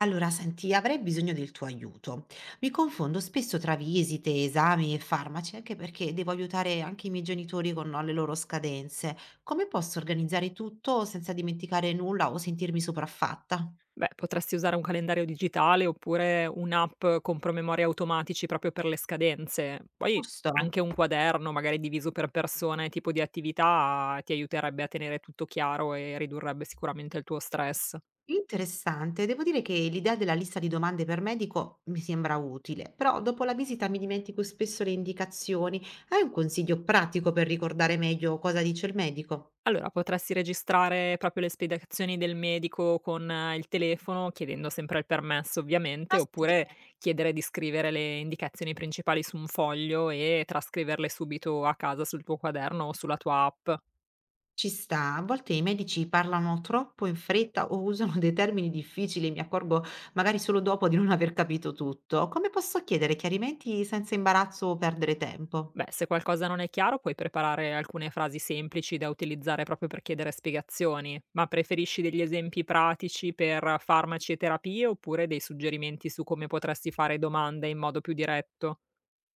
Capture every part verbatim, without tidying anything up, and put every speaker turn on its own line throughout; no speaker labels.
Allora, senti, avrei bisogno del tuo aiuto. Mi confondo spesso tra visite, esami e farmaci, anche perché devo aiutare anche i miei genitori con no, le loro scadenze. Come posso organizzare tutto senza dimenticare nulla o sentirmi sopraffatta?
Beh, potresti usare un calendario digitale oppure un'app con promemori automatici proprio per le scadenze. Poi
Giusto?
anche un quaderno, magari diviso per persona e tipo di attività, ti aiuterebbe a tenere tutto chiaro e ridurrebbe sicuramente il tuo stress.
Interessante. Devo dire che l'idea della lista di domande per medico mi sembra utile, però dopo la visita mi dimentico spesso le indicazioni. Hai un consiglio pratico per ricordare meglio cosa dice il medico?
Allora, potresti registrare proprio le spiegazioni del medico con eh, il telefono, chiedendo sempre il permesso
Ah,
ovviamente,
sì.
oppure chiedere di scrivere le indicazioni principali su un foglio e trascriverle subito a casa sul tuo quaderno o sulla tua app.
Ci sta. A volte i medici parlano troppo in fretta o usano dei termini difficili e mi accorgo magari solo dopo di non aver capito tutto. Come posso chiedere chiarimenti senza imbarazzo o perdere tempo?
Beh, se qualcosa non è chiaro, puoi preparare alcune frasi semplici da utilizzare proprio per chiedere spiegazioni, ma preferisci degli esempi pratici per farmaci e terapie oppure dei suggerimenti su come potresti fare domande in modo più diretto?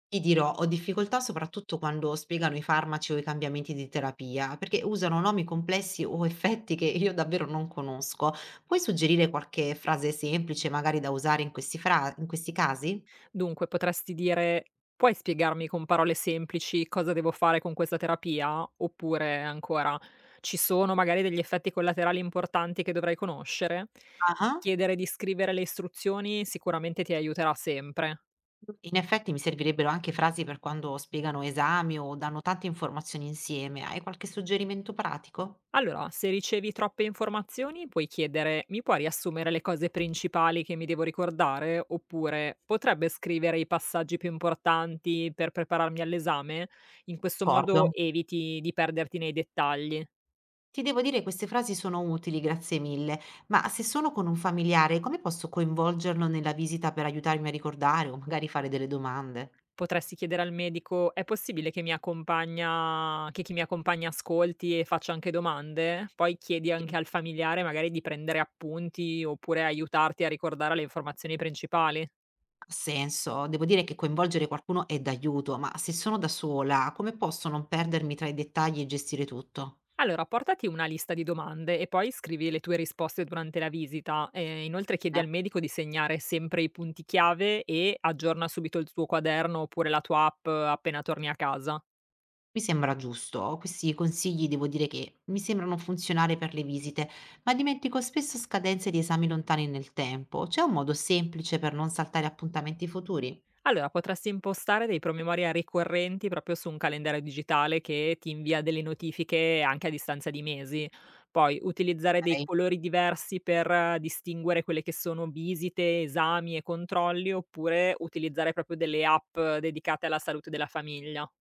Ti dirò, ho difficoltà soprattutto quando spiegano i farmaci o i cambiamenti di terapia, perché usano nomi complessi o effetti che io davvero non conosco. Puoi suggerire qualche frase semplice magari da usare in questi, fra- in questi casi?
Dunque, potresti dire, puoi spiegarmi con parole semplici cosa devo fare con questa terapia? Oppure ancora, ci sono magari degli effetti collaterali importanti che dovrai conoscere?
Ah.
Chiedere di scrivere le istruzioni sicuramente ti aiuterà sempre.
In effetti mi servirebbero anche frasi per quando spiegano esami o danno tante informazioni insieme. Hai qualche suggerimento pratico?
Allora, se ricevi troppe informazioni, puoi chiedere: "Mi puoi riassumere le cose principali che mi devo ricordare?" Oppure: "Potrebbe scrivere i passaggi più importanti per prepararmi all'esame?" In questo modo
D'accordo.
eviti di perderti nei dettagli.
Ti devo dire, queste frasi sono utili, grazie mille, ma se sono con un familiare, come posso coinvolgerlo nella visita per aiutarmi a ricordare o magari fare delle domande?
Potresti chiedere al medico: "È possibile che mi accompagna che chi mi accompagna ascolti e faccia anche domande?" Poi chiedi
Sì,
anche al familiare magari di prendere appunti oppure aiutarti a ricordare le informazioni principali.
ha senso, devo dire che coinvolgere qualcuno è d'aiuto, ma se sono da sola, come posso non perdermi tra i dettagli e gestire tutto?
Allora, portati una lista di domande e poi scrivi le tue risposte durante la visita. Eh, inoltre chiedi al medico di segnare sempre i punti chiave e aggiorna subito il tuo quaderno oppure la tua app eh, appena torni a casa.
Mi sembra giusto, questi consigli devo dire che mi sembrano funzionare per le visite, ma dimentico spesso scadenze di esami lontani nel tempo. C'è un modo semplice per non saltare appuntamenti futuri?
Allora, potresti impostare dei promemoria ricorrenti proprio su un calendario digitale che ti invia delle notifiche anche a distanza di mesi. Poi utilizzare dei
Ok.
colori diversi per eh, distinguere quelle che sono visite, esami e controlli, oppure utilizzare proprio delle app eh, dedicate alla salute della famiglia.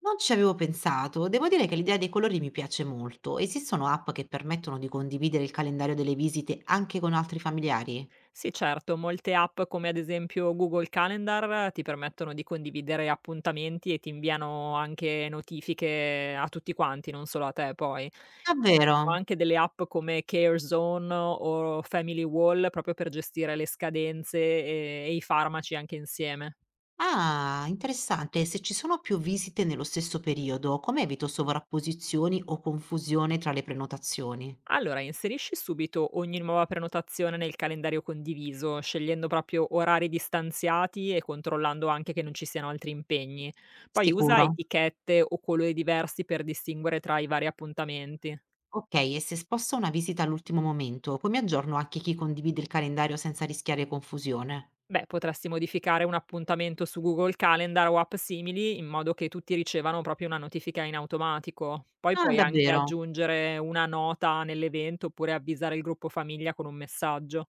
Non ci avevo pensato, devo dire che l'idea dei colori mi piace molto. Esistono app che permettono di condividere il calendario delle visite anche con altri familiari?
Sì, certo, molte app come ad esempio Google Calendar eh, ti permettono di condividere appuntamenti e ti inviano anche notifiche a tutti quanti, non solo a te poi.
Davvero?
Ho anche delle app come CareZone o Family Wall proprio per gestire le scadenze e e i farmaci anche insieme.
Ah, interessante. Se ci sono più visite nello stesso periodo, come evito sovrapposizioni o confusione tra le prenotazioni?
Allora, inserisci subito ogni nuova prenotazione nel calendario condiviso, scegliendo proprio orari distanziati e controllando anche che non ci siano altri impegni. Poi usa
Sicuro.
etichette o colori diversi per distinguere tra i vari appuntamenti.
Okay, e se sposto una visita all'ultimo momento, come aggiorno anche chi condivide il calendario senza rischiare confusione?
Beh, potresti modificare un appuntamento su Google Calendar o app simili in modo che tutti ricevano proprio una notifica in automatico. Poi
Ah,
puoi anche
davvero?
aggiungere una nota nell'evento oppure avvisare il gruppo famiglia con un messaggio.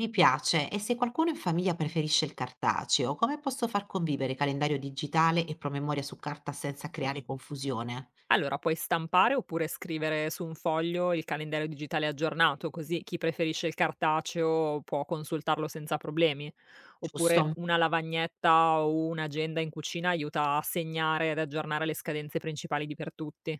Mi piace. E se qualcuno in famiglia preferisce il cartaceo, come posso far convivere calendario digitale e promemoria su carta senza creare confusione?
Allora, puoi stampare oppure scrivere su un foglio il calendario digitale aggiornato, così chi preferisce il cartaceo può consultarlo senza problemi. Oppure
Giusto?
una lavagnetta o un'agenda in cucina aiuta a segnare ed aggiornare le scadenze principali di per tutti.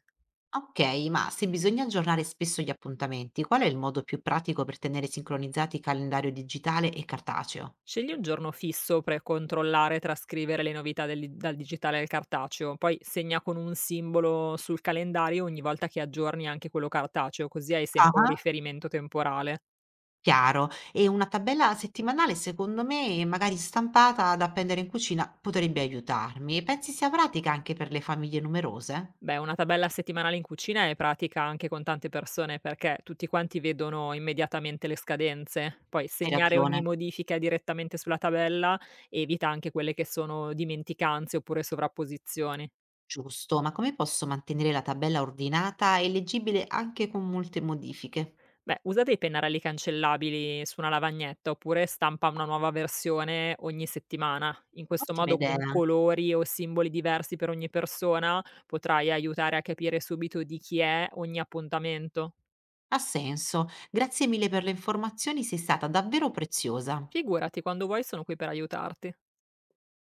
Ok, ma se bisogna aggiornare spesso gli appuntamenti, qual è il modo più pratico per tenere sincronizzati calendario digitale e cartaceo?
Scegli un giorno fisso per controllare e trascrivere le novità del- dal digitale al cartaceo, poi segna con un simbolo sul calendario ogni volta che aggiorni anche quello cartaceo, così hai sempre un
Ah.
riferimento temporale.
Chiaro. E una tabella settimanale, secondo me, magari stampata da appendere in cucina, potrebbe aiutarmi. E pensi sia pratica anche per le famiglie numerose?
Beh, una tabella settimanale in cucina è pratica anche con tante persone perché tutti quanti vedono immediatamente le scadenze. Poi
Hai
segnare
ragione,
ogni modifica direttamente sulla tabella evita anche quelle che sono dimenticanze oppure sovrapposizioni.
giusto, ma come posso mantenere la tabella ordinata e leggibile anche con molte modifiche?
Beh, usa dei pennarelli cancellabili su una lavagnetta oppure stampa una nuova versione ogni settimana. In questo
Ottima
modo
idea,
con colori o simboli diversi per ogni persona potrai aiutare a capire subito di chi è ogni appuntamento.
ha senso. Grazie mille per le informazioni, sei stata davvero preziosa.
Figurati, quando vuoi sono qui per aiutarti.